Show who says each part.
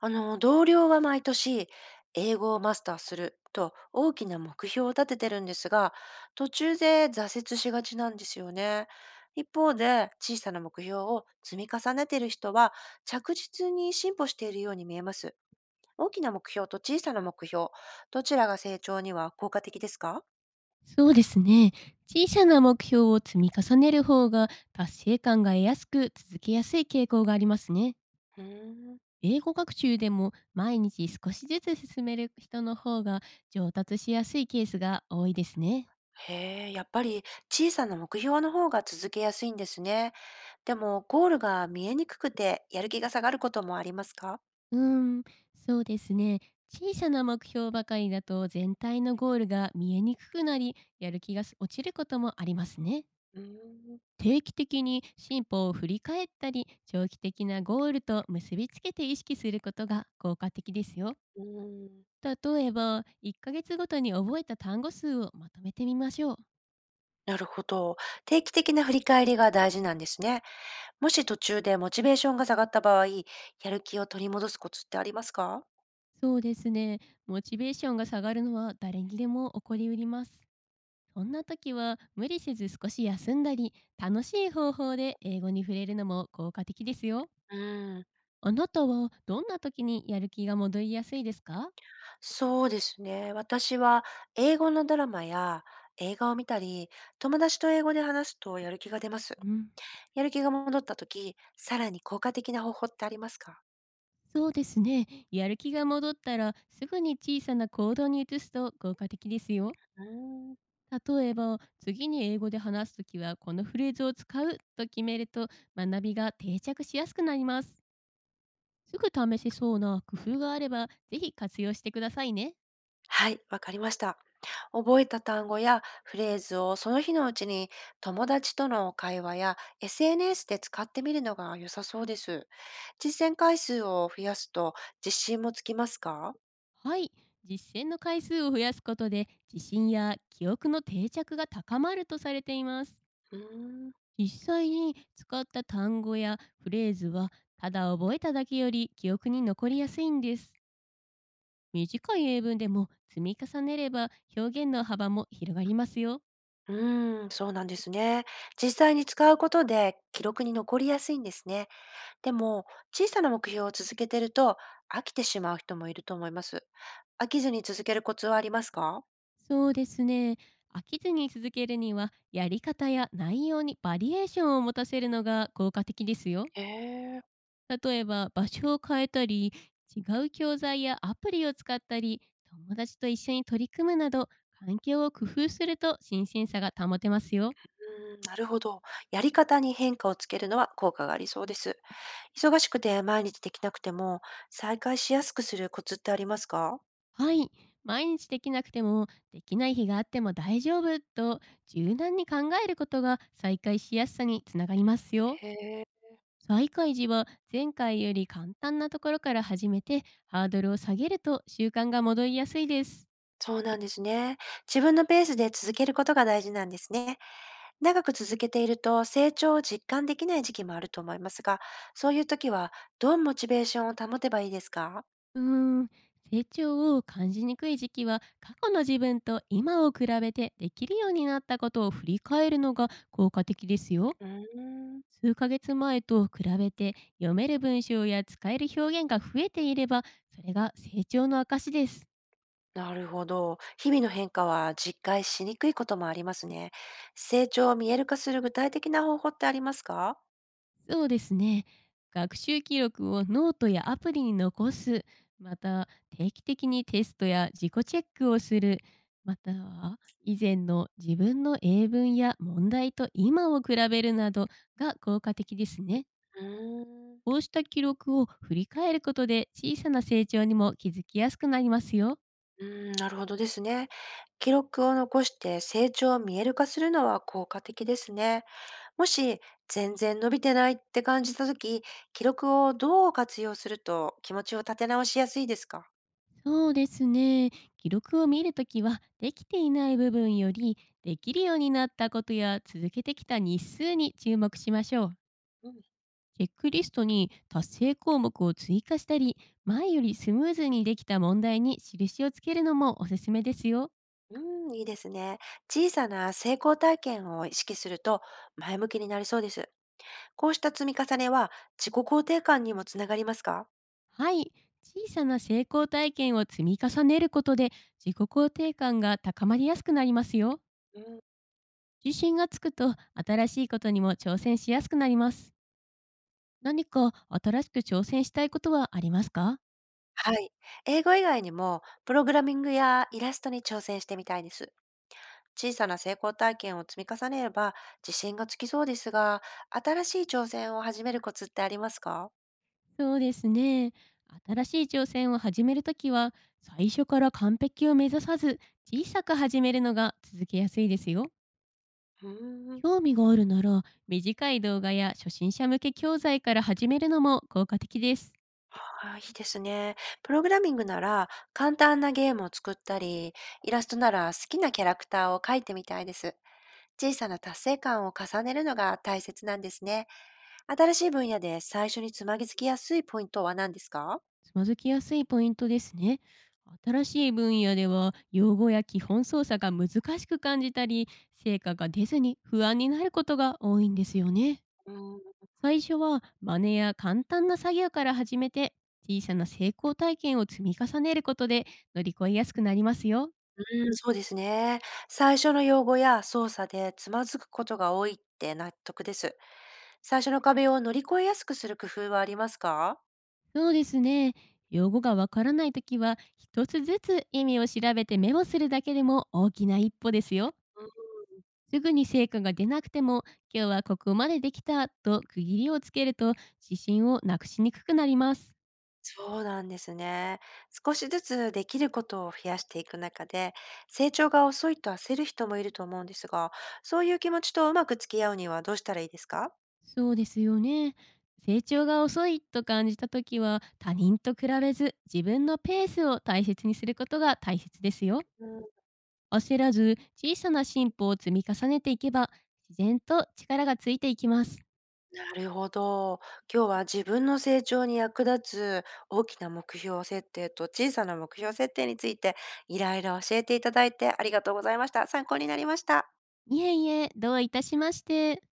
Speaker 1: 同僚は毎年、英語をマスターすると大きな目標を立ててるんですが、途中で挫折しがちなんですよね。一方で、小さな目標を積み重ねている人は、着実に進歩しているように見えます。大きな目標と小さな目標、どちらが成長には効果的ですか？
Speaker 2: そうですね。小さな目標を積み重ねる方が達成感が得やすく続けやすい傾向がありますね。
Speaker 1: うーん。
Speaker 2: 英語学習でも毎日少しずつ進める人の方が上達しやすいケースが多いですね。
Speaker 1: へえ、やっぱり小さな目標の方が続けやすいんですね。でも、ゴールが見えにくくてやる気が下がることもありますか？
Speaker 2: うーん、そうですね。小さな目標ばかりだと全体のゴールが見えにくくなり、やる気が落ちることもありますね。
Speaker 1: うーん。
Speaker 2: 定期的に進歩を振り返ったり、長期的なゴールと結びつけて意識することが効果的ですよ。
Speaker 1: うーん、
Speaker 2: 例えば1ヶ月ごとに覚えた単語数をまとめてみましょう。
Speaker 1: なるほど。定期的な振り返りが大事なんですね。もし途中でモチベーションが下がった場合、やる気を取り戻すコツってありますか？
Speaker 2: そうですね。モチベーションが下がるのは誰にでも起こりうります。そんな時は無理せず、少し休んだり楽しい方法で英語に触れるのも効果的ですよ。
Speaker 1: うん、
Speaker 2: あなたはどんな時にやる気が戻りやすいですか？
Speaker 1: そうですね。私は英語のドラマや映画を見たり、友達と英語で話すとやる気が出ます。
Speaker 2: うん、
Speaker 1: やる気が戻った時、さらに効果的な方法ってありますか？
Speaker 2: そうですね。やる気が戻ったらすぐに小さな行動に移すと効果的ですよ。
Speaker 1: うん。
Speaker 2: 例えば次に英語で話すときはこのフレーズを使うと決めると、学びが定着しやすくなります。すぐ試せそうな工夫があればぜひ活用してくださいね。
Speaker 1: はい、わかりました。覚えた単語やフレーズをその日のうちに友達との会話や SNS で使ってみるのが良さそうです。実践回数を増やすと自信もつきますか？
Speaker 2: はい。実践の回数を増やすことで自信や記憶の定着が高まるとされています。
Speaker 1: うーん。
Speaker 2: 実際に使った単語やフレーズはただ覚えただけより記憶に残りやすいんです。短い英文でも積み重ねれば、表現の幅も広がりますよ。
Speaker 1: うーん、そうなんですね。実際に使うことで記録に残りやすいんですね。でも、小さな目標を続けてると飽きてしまう人もいると思います。飽きずに続けるコツはありますか？
Speaker 2: そうですね。飽きずに続けるにはやり方や内容にバリエーションを持たせるのが効果的ですよ。
Speaker 1: へえ。う
Speaker 2: 例えば場所を変えたり、違う教材やアプリを使ったり、友達と一緒に取り組むなど、環境を工夫すると新鮮さが保てますよ。
Speaker 1: ーん、なるほど。やり方に変化をつけるのは効果がありそうです。忙しくて毎日できなくても、再開しやすくするコツってありますか？
Speaker 2: はい。毎日できなくても、できない日があっても大丈夫と柔軟に考えることが再開しやすさにつながりますよ。
Speaker 1: へえ、
Speaker 2: 再開時は前回より簡単なところから始めて、ハードルを下げると習慣が戻りやすいです。
Speaker 1: そうなんですね。自分のペースで続けることが大事なんですね。長く続けていると成長を実感できない時期もあると思いますが、そういう時はどうモチベーションを保てばいいですか？
Speaker 2: うーん。成長を感じにくい時期は過去の自分と今を比べて、できるようになったことを振り返るのが効果的ですよ。
Speaker 1: うーん、
Speaker 2: 数ヶ月前と比べて読める文章や使える表現が増えていれば、それが成長の証です。
Speaker 1: なるほど。日々の変化は実感しにくいこともありますね。成長を見える化する具体的な方法ってありますか？
Speaker 2: そうですね。学習記録をノートやアプリに残す、また定期的にテストや自己チェックをする、または以前の自分の英文や問題と今を比べるなどが効果的ですね。
Speaker 1: うーん。
Speaker 2: こうした記録を振り返ることで小さな成長にも気づきやすくなりますよ。
Speaker 1: うーん、なるほどですね。記録を残して成長を見える化するのは効果的ですね。もし全然伸びてないって感じたとき、記録をどう活用すると気持ちを立て直しやすいですか？
Speaker 2: そうですね。記録を見るときは、できていない部分より、できるようになったことや続けてきた日数に注目しましょう。
Speaker 1: うん、
Speaker 2: チェックリストに達成項目を追加したり、前よりスムーズにできた問題に印をつけるのもおすすめですよ。
Speaker 1: うんいいですね。小さな成功体験を意識すると前向きになりそうです。こうした積み重ねは自己肯定感にもつながりますか？
Speaker 2: はい。小さな成功体験を積み重ねることで、自己肯定感が高まりやすくなりますよ。
Speaker 1: うん、
Speaker 2: 自信がつくと、新しいことにも挑戦しやすくなります。何か新しく挑戦したいことはありますか？
Speaker 1: はい。英語以外にもプログラミングやイラストに挑戦してみたいです。小さな成功体験を積み重ねれば自信がつきそうですが、新しい挑戦を始めるコツってありますか？
Speaker 2: そうですね。新しい挑戦を始めるときは、最初から完璧を目指さず、小さく始めるのが続けやすいですよ。
Speaker 1: うーん。
Speaker 2: 興味があるなら、短い動画や初心者向け教材から始めるのも効果的です。
Speaker 1: あーいいですね。プログラミングなら簡単なゲームを作ったり、イラストなら好きなキャラクターを描いてみたいです。小さな達成感を重ねるのが大切なんですね。新しい分野で最初につまぎつきやすいポイントは何ですか？
Speaker 2: つまずきやすいポイントですね。新しい分野では、用語や基本操作が難しく感じたり、成果が出ずに不安になることが多いんですよね。
Speaker 1: うーん。
Speaker 2: 最初は真似や簡単な作業から始めて、小さな成功体験を積み重ねることで乗り越えやすくなりますよ。
Speaker 1: うーん、そうですね。最初の用語や操作でつまずくことが多いって納得です。最初の壁を乗り越えやすくする工夫はありますか？
Speaker 2: そうですね。用語がわからないときは一つずつ意味を調べてメモするだけでも大きな一歩ですよ。
Speaker 1: うん。
Speaker 2: すぐに成果が出なくても、今日はここまでできたと区切りをつけると、自信をなくしにくくなります。
Speaker 1: そうなんですね。少しずつできることを増やしていく中で、成長が遅いと焦る人もいると思うんですが、そういう気持ちとうまく付き合うにはどうしたらいいですか？
Speaker 2: そうですよね。成長が遅いと感じた時は他人と比べず、自分のペースを大切にすることが大切ですよ。焦らず小さな進歩を積み重ねていけば、自然と力がついていきます。
Speaker 1: なるほど。今日は自分の成長に役立つ大きな目標設定と小さな目標設定について、いろいろ教えていただいてありがとうございました。参考になりました。
Speaker 2: いえいえ、どういたしまして。